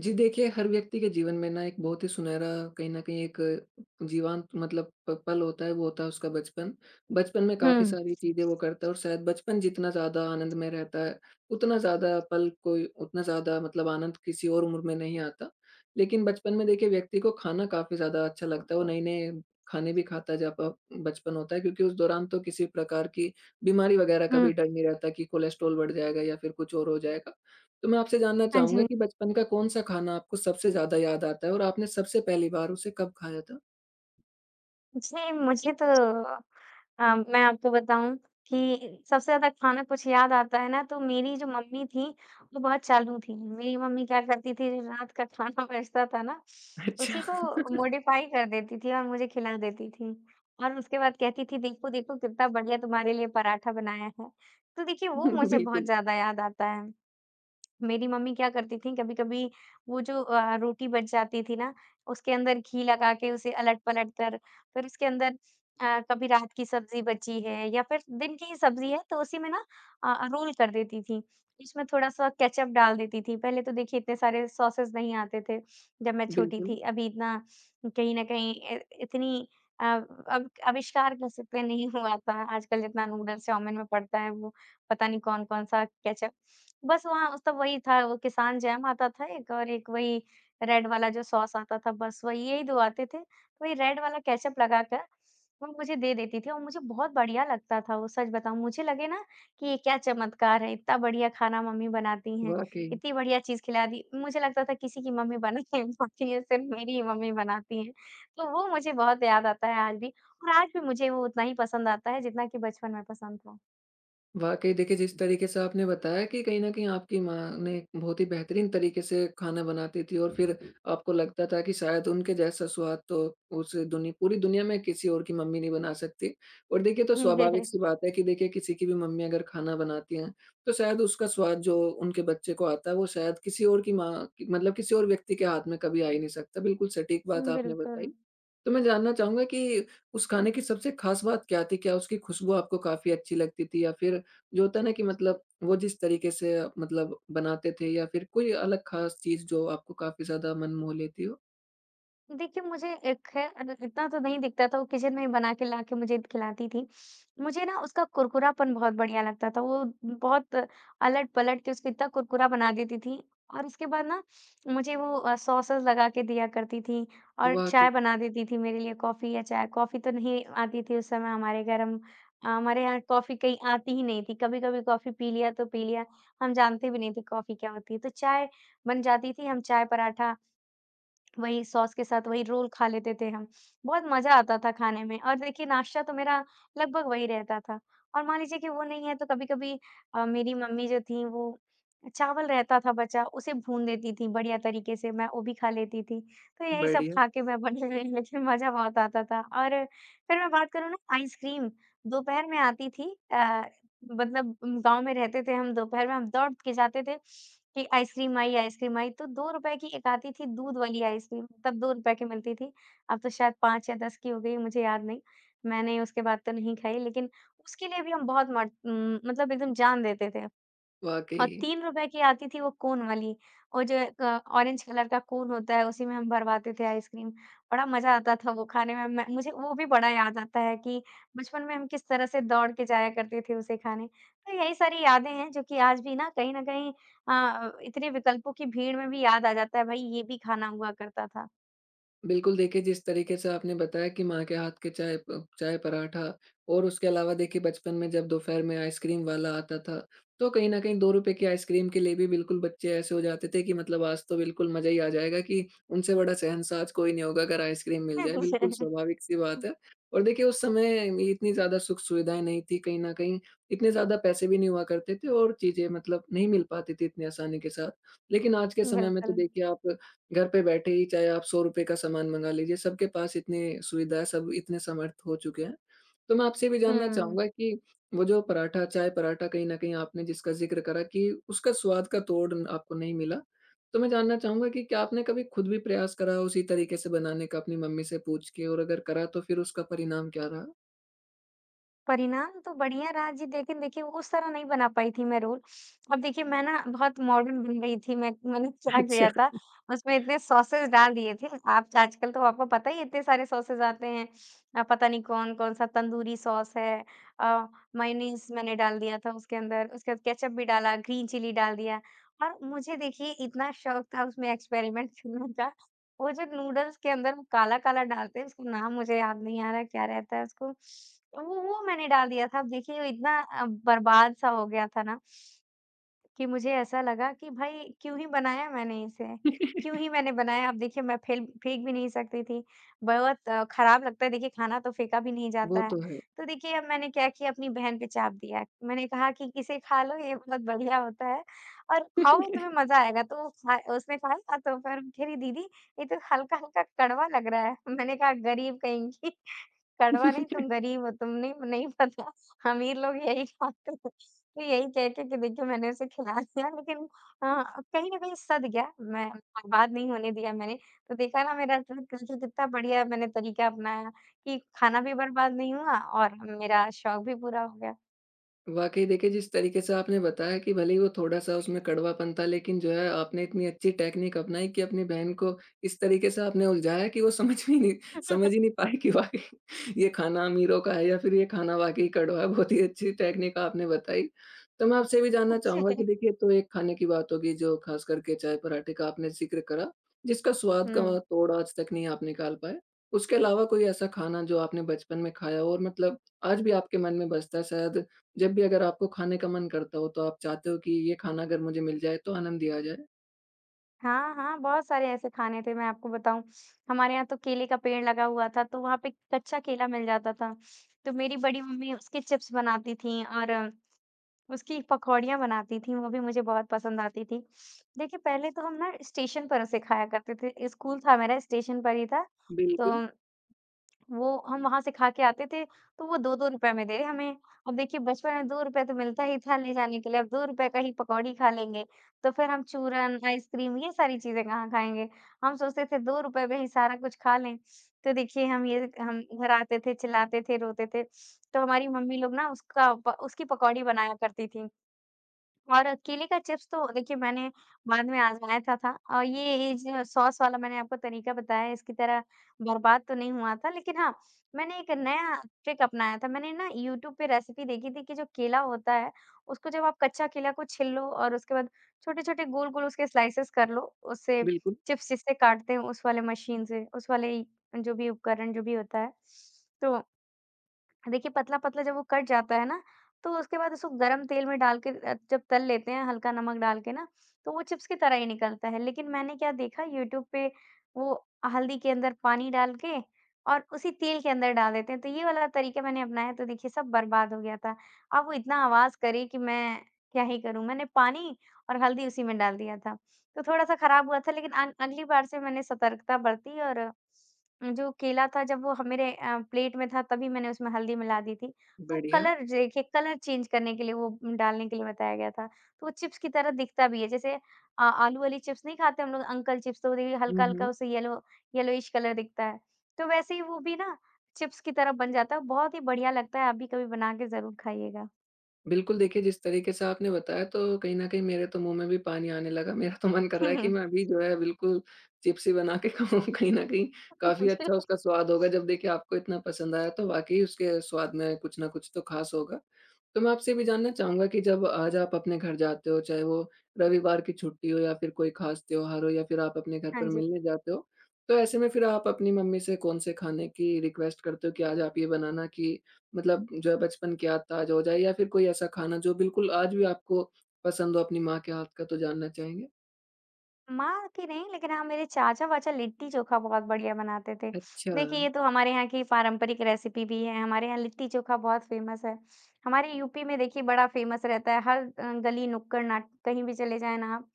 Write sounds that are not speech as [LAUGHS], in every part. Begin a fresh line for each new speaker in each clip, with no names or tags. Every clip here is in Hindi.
जी देखिए, हर व्यक्ति के जीवन में ना एक बहुत ही सुनहरा कहीं न कहीं एक जीवांत मतलब प पल होता है, वो होता है उसका बचपन। बचपन में काफ़ी
हुँ,
सारी चीज़ें वो करता है और शायद बचपन जितना ज़्यादा आनंदमय रहता है, उतना ज़्यादा पल कोई उतना ज़्यादा मतलब आनंद किसी और उम्र में नहीं आता। लेकिन बचपन में देखिए व्यक्ति को खाना काफ़ी ज़्यादा अच्छा लगता है, वो नए-नए खाने भी खाता है जब बचपन होता है क्योंकि उस दौरान तो किसी प्रकार की बीमारी वगैरह का
हुँ।
भी डर नहीं रहता कि कोलेस्ट्रॉल बढ़ जाएगा या फिर कुछ और हो जाएगा। तो मैं आपसे जानना
हाँ
चाहूँगा
जी।
कि बचपन का कौन-सा खाना आपको सबसे ज़्यादा याद आता है और आपने सबसे पहली बार उसे कब खाया था?
जी, मुझे तो मैं आपको बताऊँ कि सबसे ज़्यादा खाना कुछ याद आता है ना, तो मेरी जो मम्मी थी, वो बहुत चालू थी। मेरी मम्मी क्या करती थी, जो रात का खाना [LAUGHS] बचता था ना,
अच्छा।
उसी को मॉडिफ़ाई कर देती थी और मुझे खिला देती थी। और उसके बाद कहती थी, "देखो, देखो, कितना बढ़िया तुम्हारे लिए पराठा बनाया है।" तो देखिए, वो
[LAUGHS]
मुझे बहुत
बिल्कुल,
ज़्यादा याद आता है। मेरी मम्मी क्या करती थीं, कभी-कभी वो जो रोटी बच जाती थी ना, उसके अंदर घी लगा के उसे अलट-पलट कर, फिर उसके अंदर कभी रात की सब्ज़ी बची है या फिर दिन की ही सब्ज़ी है, तो उसी में ना रोल कर देती थीं। इसमें थोड़ा-सा केचअप डाल देती थीं। पहले तो देखिए इतने सारे सॉसेज़ नहीं आते थे, जब मैं छोटी
बिल्कुल,
थी। अभी इतना कहीं न कहीं इ इतनी अब आविष्कार कह सकते हैं नहीं हुआ था। आजकल जितना नूडल्स, चाउमीन में पड़ता है, वो पता नहीं कौन-कौन सा केचअप बस वहाँ उस तब वही था, वो किसान जैम आता था एक और एक वही रेड वाला जो सॉस आता था, बस वही यही 2 आते थे। वही रेड वाला केचअप लगाकर वो मुझे दे देती थी और मुझे बहुत बढ़िया लगता था वो, सच बताऊँ। मुझे लगे ना कि ये क्या चमत्कार है, इतना बढ़िया खाना मम्मी बनाती हैं,
वाक़ई।
इतनी बढ़िया चीज़ खिला दी। मुझे लगता था किसी की मम्मी बना नहीं पाती [LAUGHS] है, सिर्फ़ मेरी ही मम्मी बनाती हैं। तो वो मुझे बहुत याद आता है आज भी और आज भी मुझे वो उतना ही पसंद आता है जितना कि बचपन में पसंद था।
वाक़ई देखिए, जिस तरीके से आपने बताया कि कहीं न कहीं आपकी माँ ने बहुत ही बेहतरीन तरीके से खाना बनाती थी और फिर आपको लगता था कि शायद उनके जैसा स्वाद तो उस दुनि पूरी दुनिया में किसी और की मम्मी नहीं बना सकती। और देखिए तो स्वाभाविक सी
[LAUGHS]
बात है कि देखिए किसी की भी मम्मी अगर खाना बनाती हैं, तो शायद उसका स्वाद जो उनके बच्चे को आता है वो शायद किसी और की माँ मतलब किसी और व्यक्ति के हाथ में कभी आ ही नहीं सकता। बिल्कुल सटीक बात
हुँ,
आपने
बिल्कुल।
बताई। तो मैं जानना चाहूँगा कि उस खाने की सबसे ख़ास बात क्या थी? क्या उसकी खुशबू आपको काफ़ी अच्छी लगती थी या फिर जो होता है ना कि मतलब वो जिस तरीके से मतलब बनाते थे या फिर कोई अलग ख़ास चीज़ जो आपको काफ़ी ज़्यादा मन मोह लेती हो?
देखिए, मुझे एक है इतना तो नहीं दिखता था, वो किचन में ही बना के लाके मुझे खिलाती थी। मुझे ना उसका कुरकुरापन बहुत बढ़िया लगता था, वो बहुत अलट-पलट के उसको इतना कुरकुरा बना देती थी और उसके बाद ना मुझे वो सॉसेज़ लगा के दिया करती थी और
वाक़ई,
चाय बना देती थी मेरे लिए कॉफ़ी या चाय। कॉफ़ी तो नहीं आती थी उस समय हमारे घर, हम हमारे यहाँ कॉफ़ी कहीं आती ही नहीं थी, कभी-कभी कॉफ़ी पी लिया तो पी लिया, हम जानते भी नहीं थे कॉफ़ी क्या होती है। तो चाय बन जाती थी, हम चाय पराठा वही सॉस के साथ वही रोल खा लेते थे हम। बहुत मज़ा आता था खाने में और देखिए नाश्ता तो मेरा लगभग वही रहता था। और मान लीजिए कि वो नहीं है तो कभी-कभी मेरी मम्मी जो थीं वो चावल रहता था बचा उसे भून देती थीं बढ़िया तरीके से, मैं वो भी खा लेती थी। तो यही सब
बढ़िया,
खा के मैं बड़ी हुई लेकिन मज़ा बहुत आता था। और फिर मैं बात करूँ ना आइसक्रीम दोपहर में आती थी मतलब गाँव में रहते थे हम, दोपहर में हम दौड़ के जाते थे कि आइसक्रीम आई, आइसक्रीम आई। तो ₹2 की एक आती थी दूध वाली आइसक्रीम, तब ₹2 की मिलती थी। अब तो शायद 5 या 10 की हो गई, मुझे याद नहीं। मैंने उसके बाद तो नहीं खाई, लेकिन उसके लिए भी हम मतलब एकदम जान देते थे।
वाक़ई।
और ₹3 की आती थी वो कोन वाली, वो जो एक ऑरेंज कलर का कोन होता है उसी में हम भरवाते थे आइसक्रीम, बड़ा मज़ा आता था वो खाने में। मैं मुझे वो भी बड़ा याद आता है कि बचपन में हम किस तरह से दौड़ के जाया करते थे उसे खाने। तो यही सारी यादें हैं जो कि आज भी ना कहीं न कहीं इतने विकल्पों की भीड़ में भी याद आ जाता है, भाई ये भी खाना हुआ करता था।
बिल्कुल, देखिए जिस तरीके से आपने बताया कि माँ के हाथ के चाय पराठा और उसके अलावा देखिए बचपन में जब दोपहर में आइसक्रीम वाला आता था, तो कहीं न कहीं ₹2 की आइसक्रीम के लिए भी बिल्कुल बच्चे ऐसे हो जाते थे कि मतलब आज तो बिल्कुल मज़ा ही आ जाएगा कि उनसे बड़ा शहंशाज़ कोई नहीं होगा अगर आइसक्रीम मिल जाए, बिल्कुल
[LAUGHS]
स्वाभाविक-सी बात है। और देखिए उस समय ये इतनी ज़्यादा सुख-सुविधाएँ नहीं थी, कहीं न कहीं इतने ज़्यादा पैसे भी नहीं हुआ करते थे और चीज़ें मतलब नहीं मिल पाती थी इतनी आसानी के साथ। लेकिन आज के समय में तो
बिल्कुल।
देखिए आप घर पे बैठे ही चाहे आप ₹100 का सामान मँगा लीजिए, सबके पास इतनी सुविधा है, सब इतने समर्थ हो चुके हैं। तो मैं आपसे ये भी जानना
हुँ।
चाहूँगा कि वो जो पराठा, चाय पराठा कहीं न कहीं आपने जिसका ज़िक्र करा कि उसका स्वाद का तोड़ न- आपको नहीं मिला। तो मैं जानना चाहूँगा कि क्या आपने कभी खुद भी प्रयास करा उसी तरीके से बनाने का अपनी मम्मी से पूछ के और अगर करा तो फिर उसका परिणाम क्या रहा?
परिणाम तो बढ़िया रहा जी, लेकिन देखिए उस तरह नहीं बना पाई थी मैं रोल। अब देखिए मैं ना बहुत मॉडर्न बन गई थी, मैंने [LAUGHS] क्या किया
अच्छा।
था, उसमें इतने सॉसेज़ डाल दिए थे। आप आजकल तो आपको पता ही है इतने सारे सॉसेज़ आते हैं। पता नहीं कौन-कौन सा तंदूरी सॉस है अ, मेयोनीज़ मैंने डाल दिया था उसके अंदर, उसके बाद केचअप भी डाला, ग्रीन चिली डाल दिया और मुझे देखिए इतना शौक था उसमें एक्सपेरिमेंट करने का वो जो नूडल्स के अंदर वो काला-काला डालते हैं, उसका नाम मुझे याद नहीं आ रहा है, क्या रहता है उसको? वो मैंने डाल दिया था। अब देखिए, वो इतना बर्बाद-सा हो गया था ना, कि मुझे ऐसा लगा कि भाई क्यों ही बनाया मैंने इसे?
[LAUGHS]
क्यों ही मैंने बनाया? अब देखिए मैं फेल फेंक भी नहीं सकती थी। बहुत खराब लगता है देखिए खाना तो फेंका भी नहीं
वो
जाता है।
तो
तो देखिए अब मैंने क्या किया अपनी बहन पे चाप दिया। मैंने कहा कि इसे खा लो ये बहुत बढ़िया होता है और
है।
खाओगे तुम्हें
[LAUGHS]
मज़ा आएगा। तो वो खा उसने खाया तो फिर कह रही दीदी ये तो हल्का-हल्का कड़वा लग रहा है। मैंने कहा गरीब कहीं की। कड़वा नहीं तुम गरीब हो, तुम नहीं नहीं पता अमीर लोग यही खाते हैं। तो यही कह के कि देखिए मैंने उसे खिला दिया लेकिन अ, कहीं न कहीं सध गया, मैं बर्बाद नहीं होने दिया मैंने। तो देखा ना मेरा ट्रिक करके कितना बढ़िया मैंने तरीका अपनाया कि खाना भी बर्बाद नहीं हुआ और मेरा शौक भी पूरा हो गया।
वाक़ई देखिए, जिस तरीके से आपने बताया कि भले ही वो थोड़ा-सा उसमें कड़वापन था लेकिन जो है आपने इतनी अच्छी टेक्निक अपनाई कि अपनी बहन को इस तरीके से आपने उलझाया कि वो समझ ही नहीं
[LAUGHS]
पाई कि वाक़ई [LAUGHS] ये खाना अमीरों का है या फिर ये खाना वाक़ई कड़वा है। बहुत ही अच्छी टेक्निक आपने बताई। तो मैं आपसे ये भी जानना
जी।
चाहूँगा कि देखिए, तो एक खाने की बात होगी जो ख़ास करके चाय-पराठे का आपने ज़िक्र करा, जिसका स्वाद का
हुँ।
तोड़ आज तक नहीं आप निकाल पाए। उसके अलावा कोई ऐसा खाना जो आपने बचपन में खाया हो और मतलब आज भी आपके मन में बसता है शायद जब भी अगर आपको खाने का मन करता हो, तो आप चाहते हो कि ये खाना अगर मुझे मिल जाए तो आनंद ही आ जाए।
हाँ, हाँ, बहुत सारे ऐसे खाने थे मैं आपको बताऊँ। हमारे यहाँ तो केले का पेड़ लगा हुआ था तो वहाँ पे कच्चा केला मिल जाता था। तो मेरी बड़ी मम्मी उसके चिप्स बनाती थीं और उसकी पकौड़ियाँ बनाती थीं, वो भी मुझे बहुत पसंद आती थी। देखिए पहले तो हम ना स्टेशन पर उसे खाया करते थे, स्कूल था मेरा स्टेशन पर ही था। तो
बिल्कुल,
वो हम वहाँ से खा के आते थे, तो वो 2-2 रुपए में दे रहे हमें। अब देखिए बचपन में ₹2 तो मिलता ही था ले जाने के लिए, अब ₹2 का ही पकौड़ी खा लेंगे, तो फिर हम चूरन, आइसक्रीम ये सारी चीज़ें कहाँ खाएँगे? हम सोचते थे ₹2 में ही सारा कुछ खा लें। तो देखिए हम घर आते थे, चिल्लाते थे, रोते थे, तो हमारी मम्मी लोग ना उसका प उसकी पकौड़ी बनाया करती थीं। और केले का चिप्स तो देखिए मैंने बाद में आज़माया था और ये जो सॉस वाला मैंने आपको तरीका बताया इसकी तरह बर्बाद तो नहीं हुआ था लेकिन हाँ, मैंने एक नया ट्रिक अपनाया था। मैंने ना यूट्यूब पे रेसिपी देखी थी कि जो केला होता है, उसको जब आप कच्चा केला को छिल लो और उसके बाद छोटे-छोटे गोल-गोल उसके स्लाइसेस कर लो, उससे
बिल्कुल,
चिप्स जिससे काटते हैं उस वाले मशीन से, उस वाले जो भी उपकरण जो भी होता है। तो देखिए पतला-पतला जब वो कट जाता है ना, तो उसके बाद उसको गरम तेल में डाल के जब तल लेते हैं हल्का नमक डाल के ना, तो वो चिप्स की तरह ही निकलता है। लेकिन मैंने क्या देखा यूट्यूब पे वो हल्दी के अंदर पानी डाल के और उसी तेल के अंदर डाल देते हैं। तो ये वाला तरीका मैंने अपनाया तो देखिए सब बर्बाद हो गया था। अब वो इतना आवाज़ करे कि मैं क्या ही करूँ? मैंने पानी और हल्दी उसी में डाल दिया था। तो थोड़ा-सा खराब हुआ था लेकिन अगली बार से मैंने सतर्कता बरती और जो केला था जब वो ह मेरे प्लेट में था तभी मैंने उसमें हल्दी मिला दी थी। तो
बढ़िया।
कलर देखिए कलर चेंज करने के लिए वो डालने के लिए बताया गया था। तो वो चिप्स की तरह दिखता भी है जैसे आलू वाली चिप्स नहीं खाते हम लोग अंकल चिप्स तो वो देखिए
हुँ,
हल्का-हल्का
हुँ।
उसे येलोइश कलर दिखता है। तो वैसे ही वो भी ना चिप्स की तरह बन जाता है, बहुत ही बढ़िया लगता है, आप भी कभी बना के ज़रूर खाइएगा।
बिल्कुल देखिए, जिस तरीके से आपने बताया तो कहीं न कहीं मेरे तो मुँह में भी पानी आने लगा। [LAUGHS] मेरा तो मन कर रहा है कि मैं अभी
[LAUGHS]
जो है बिल्कुल चिप्स ही बना के [LAUGHS] खाऊँ। कहीं न कहीं काफ़ी
जी
अच्छा उसका स्वाद होगा। जब देखिए आपको इतना पसंद आया तो वाक़ई उसके स्वाद में कुछ न कुछ तो ख़ास होगा। तो मैं आपसे ये भी जानना चाहूँगा कि जब आज आप अपने घर जाते हो, चाहे वो रविवार की छुट्टी हो या फिर कोई ख़ास त्योहार हो या फिर आप अपने घर
हाँ
पर
जी।
मिलने जाते हो, तो ऐसे में फिर आप अपनी मम्मी से कौन-से खाने की रिक्वेस्ट करते हो कि आज आप ये बनाना कि मतलब जो है बचपन की याद ताज़ा हो जाए या फिर कोई ऐसा खाना जो बिल्कुल आज भी आपको पसंद हो अपनी माँ के हाथ का? तो जानना चाहेंगे।
माँ की नहीं, लेकिन हाँ, मेरे चाचा-वाचा लिट्टी-चोखा बहुत बढ़िया बनाते थे।
अच्छा,
देखिए, ये तो हमारे यहाँ की पारंपरिक रेसिपी भी है, हमारे यहाँ लिट्टी-चोखा बहुत फ़ेमस है। हमारे यूपी में देखिए बड़ा फ़ेमस रहता है, हर गली, नुक्कड़ नाट कहीं भी चले जाएँ ना आप,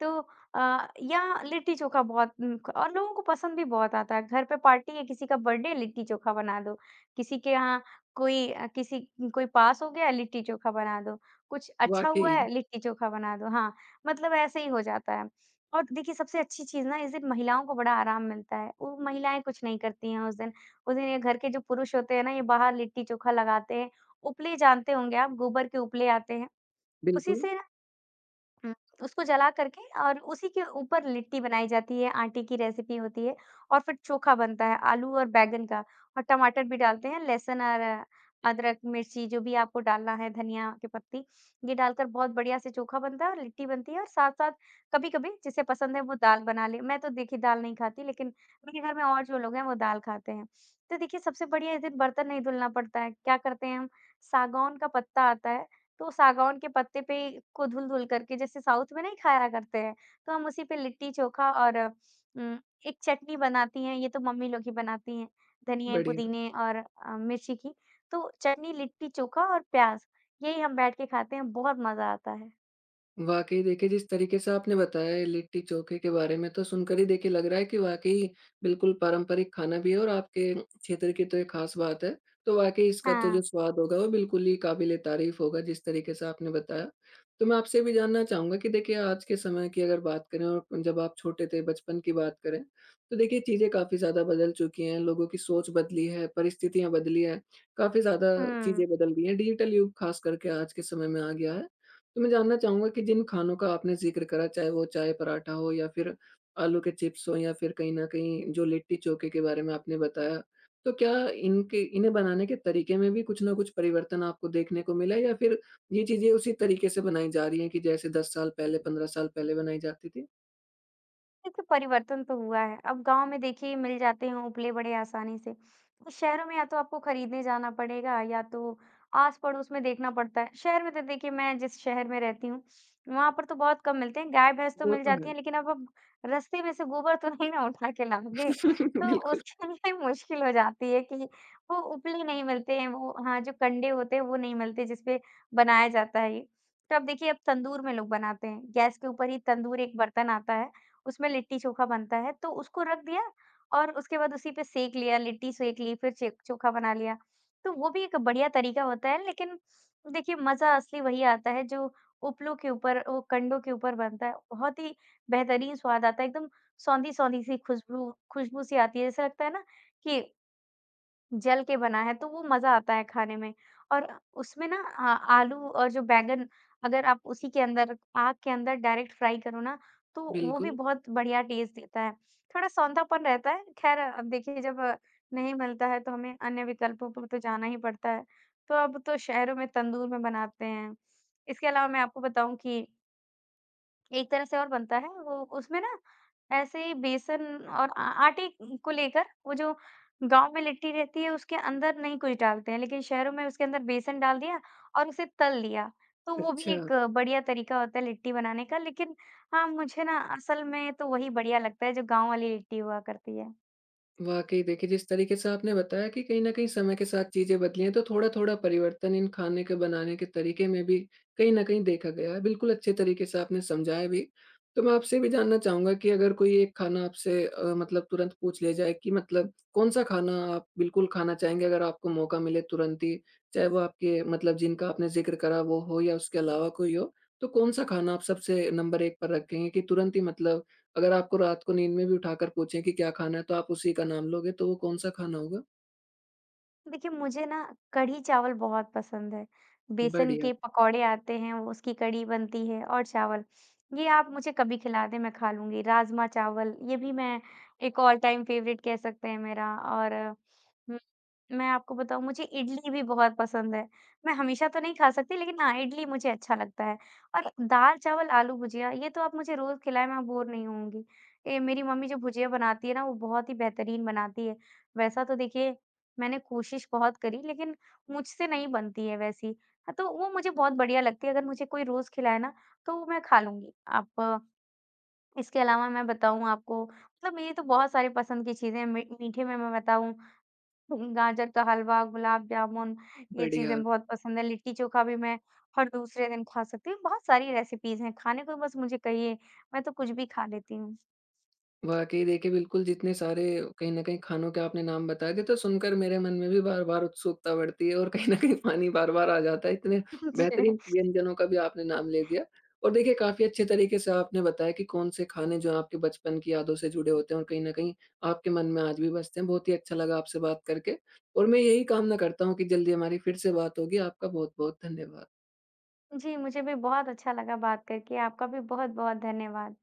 तो यहाँ लिट्टी-चोखा बहुत और लोगों को पसंद भी बहुत आता है। घर पे पार्टी है, किसी का बर्थडे है, लिट्टी-चोखा बना दो। किसी के यहाँ कोई अ, किसी कोई पास हो गया, लिट्टी-चोखा बना दो। कुछ अच्छा हुआ
वाक़ई,
है, लिट्टी-चोखा बना दो। हाँ, मतलब ऐसे ही हो जाता है। और देखिए, सबसे अच्छी चीज़ ना इस दिन महिलाओं को बड़ा आराम मिलता है। वो महिलाएँ कुछ नहीं करती हैं उस दिन। उस दिन ये घर के जो पुरुष होते हैं ना, ये बाहर लिट्टी-चोखा लगाते हैं। उपले जानते होंगे आप, गोबर के उपले आते हैं। उसी
बिल्कुल,
से हुँ, उसको जला करके और उसी के ऊपर लिट्टी बनाई जाती है, आटे की रेसिपी होती है और फिर चोखा बनता है आलू और बैंगन का और टमाटर भी डालते हैं, लहसुन और अदरक, मिर्ची जो भी आपको डालना है, धनिया की पत्ती, ये डालकर बहुत बढ़िया से चोखा बनता है और लिट्टी बनती है और साथ-साथ कभी-कभी जिसे पसंद है वो दाल बना ले। मैं तो देखिए दाल नहीं खाती लेकिन मेरे घर में और जो लोग हैं वो दाल खाते हैं। तो देखिए सबसे बढ़िया इस दिन बर्तन नहीं धुलना पड़ता है, क्या करते हैं हम सागौन का पत्ता आता है तो सागौन के पत्ते पे को धुल-धुल करके जैसे साउथ में नहीं खाया करते हैं, तो हम उसी पे लिट्टी-चोखा और एक चटनी बनाती हैं, ये तो मम्मी लोग ही बनाती हैं, धनिये,
बढ़िया।
पुदीने और मिर्ची की। तो चटनी, लिट्टी-चोखा और प्याज़, यही हम बैठ के खाते हैं, बहुत मज़ा आता है।
वाक़ई देखिए, जिस तरीके से आपने बताया है लिट्टी चोखे के बारे में तो सुनकर ही देखिए लग रहा है कि वाक़ई बिल्कुल पारंपरिक खाना भी है और आपके क्षेत्र की तो ये ख़ास बात है। तो वाक़ई इसका तो
हाँ।
जो स्वाद होगा वो बिल्कुल ही काबिल-ए-तारीफ़ होगा जिस तरीके से आपने बताया। तो मैं आपसे ये भी जानना चाहूँगा कि देखिए आज के समय की अगर बात करें और जब आप छोटे थे, बचपन की बात करें, तो देखिए चीज़ें काफ़ी ज़्यादा बदल चुकी हैं, लोगों की सोच बदली है, परिस्थितियाँ बदली हैं, काफ़ी ज़्यादा
हुँ।
चीज़ें बदल गई हैं। डिजिटल युग ख़ास करके आज के समय में आ गया है। तो मैं जानना चाहूँगा कि जिन खानों का आपने ज़िक्र करा, चाहे वो चाय-पराठा हो या फिर आलू के चिप्स हों या फिर कहीं न कहीं जो लिट्टी-चोखे के बारे में आपने बताया, तो क्या इनके इन्हें बनाने के तरीके में भी कुछ न कुछ परिवर्तन आपको देखने को मिला या फिर ये चीज़ें उसी तरीके से बनाई जा रही हैं कि जैसे 10 साल पहले, 15 साल पहले बनाई जाती थी?
देखिए, परिवर्तन तो हुआ है। अब गाँव में देखिए मिल जाते हैं उपले बड़े आसानी से। तो शहरों में या तो आपको खरीदने जाना पड़ेगा या तो आस-पड़ोस में देखना पड़ता है। शहर में तो देखिए मैं जिस शहर में रहती हूँ, वहाँ पर तो बहुत कम मिलते हैं। गाय-भैंस तो
वो
मिल
तो
जाती
है।
हैं लेकिन अब रास्ते में से गोबर तो नहीं ना उठा के लाओगे।
[LAUGHS]
तो
बिल्कुल,
उसके लिए मुश्किल हो जाती है कि वो उपले नहीं मिलते हैं, वो हाँ, जो कंडे होते हैं वो नहीं मिलते जिसपे बनाया जाता है ये। तो अब देखिए अब तंदूर में लोग बनाते हैं। गैस के ऊपर ही तंदूर एक बर्तन आता है। उसमें लिट्टी-चोखा बनता है, तो उसको रख दिया और उसके बाद उसी पे सेंक लिया, लिट्टी सेंक ली, फिर चे चोखा बना लिया। तो वो भी एक बढ़िया तरीका होता है, लेकिन देखिए मज़ा असली वही आता है जो उपलों के ऊपर, वो कंडों के ऊपर बनता है। बहुत ही बेहतरीन स्वाद आता है, एकदम सौंधी-सौंधी सी खुशबू खुशबू सी आती है, ऐसा लगता है ना कि जल के बना है, तो वो मज़ा आता है खाने में। और उसमें ना आ आलू और जो बैंगन अगर आप उसी के अंदर आग के अंदर डायरेक्ट फ्राई करो ना, तो वो भी
बिल्कुल।
बहुत बढ़िया टेस्ट देता है। थोड़ा सौंधापन रहता है, ख़ैर अब देखिए जब नहीं मिलता है तो हमें अन्य विकल्पों पर तो जाना ही पड़ता है। तो अब तो शहरों में तंदूर में बनाते हैं। इसके अलावा मैं आपको बताऊँ कि एक तरह से और बनता है वो उसमें ना ऐसे ही बेसन और आ आटे को लेकर वो जो गाँव में लिट्टी रहती है उसके अंदर नहीं कुछ डालते हैं, लेकिन शहरों में उसके अंदर बेसन डाल दिया और उसे तल लिया। तो वो भी
अच्छा।
एक बढ़िया तरीका होता है लिट्टी बनाने का लेकिन हाँ, मुझे ना असल में तो वही बढ़िया लगता है जो गाँव वाली लिट्टी हुआ करती है।
वाक़ई देखिए, जिस तरीके से आपने बताया कि कहीं न कहीं समय के साथ चीज़ें बदली हैं, तो थोड़ा-थोड़ा परिवर्तन इन खाने के बनाने के तरीके में भी कहीं न कहीं देखा गया है। बिल्कुल अच्छे तरीके से आपने समझाया भी। तो मैं आपसे भी जानना चाहूँगा कि अगर कोई एक खाना आपसे मतलब तुरंत पूछ लिया जाए कि मतलब कौन-सा खाना आप बिल्कुल खाना चाहेंगे अगर आपको मौका मिले तुरंत ही? चाहे वो आपके मतलब जिनका आपने ज़िक्र करा वो हो या उसके अलावा कोई हो, तो कौन-सा खाना आप सबसे नंबर 1 पर रखेंगे कि तुरंत ही मतलब अगर आपको रात को नींद में भी उठाकर पूछें कि क्या खाना है, तो आप उसी का नाम लोगे, तो वो कौन-सा खाना होगा?
देखिए, मुझे ना कढ़ी चावल बहुत पसंद है। बेसन
बढ़िया,
के पकौड़े आते हैं, वो उसकी कढ़ी बनती है और चावल। ये आप मुझे कभी खिला दें, मैं खा लूँगी। राजमा चावल, ये भी मैं एक ऑल टाइम फ़ेवरेट कह सकते हैं मेरा और हुँ, मैं आपको बताऊँ, मुझे इडली भी बहुत पसंद है। मैं हमेशा तो नहीं खा सकती, लेकिन हाँ, इडली मुझे अच्छा लगता है और दाल-चावल, आलू भुजिया, ये तो आप मुझे रोज़ खिलाएँ, मैं बोर नहीं होऊँगी। मेरी मम्मी जो भुजिया बनाती है ना, वो बहुत ही बेहतरीन बनाती है। वैसा तो देखिए मैंने कोशिश बहुत करी लेकिन मुझसे नहीं बनती है वैसी। हाँ, तो वो मुझे बहुत बढ़िया लगती है अगर मुझे कोई रोज़ खिलाए ना तो वो मैं खा लूँगी। आप इसके अलावा मैं बताऊँ आपको मतलब मेरी तो बहुत सारी पसंद की चीज़ें हैं। मी मीठे में मैं बताऊँ [LAUGHS] गाजर का हलवा, गुलाब जामुन ये
बढ़िया।
चीज़ें बहुत पसंद है। लिट्टी चोखा भी मैं हर दूसरे दिन खा सकती हूँ। बहुत सारी रेसिपीज़ हैं खाने को बस मुझे कहिए मैं तो कुछ भी खा लेती हूँ।
वाक़ई देखिए बिल्कुल जितने सारे कहीं न कहीं खानों के आपने नाम बता दिए, तो सुनकर मेरे मन में भी बार-बार उत्सुकता बढ़ती है और कहीं न कहीं पानी बार-बार आ जाता है। इतने
[LAUGHS] जी,
बेहतरीन व्यंजनों का भी आपने नाम ले दिया और देखिए काफ़ी अच्छे तरीके से आपने बताया कि कौन-से खाने जो आपके बचपन की यादों से जुड़े होते हैं और कहीं न कहीं आपके मन में आज भी बसते हैं। बहुत ही अच्छा लगा आपसे बात करके और मैं यही कामना करता हूँ कि जल्दी हमारी फिर से बात होगी। आपका बहुत-बहुत धन्यवाद।
जी मुझे भी बहुत अच्छा लगा बात करके। आपका भी बहुत-बहुत धन्यवाद।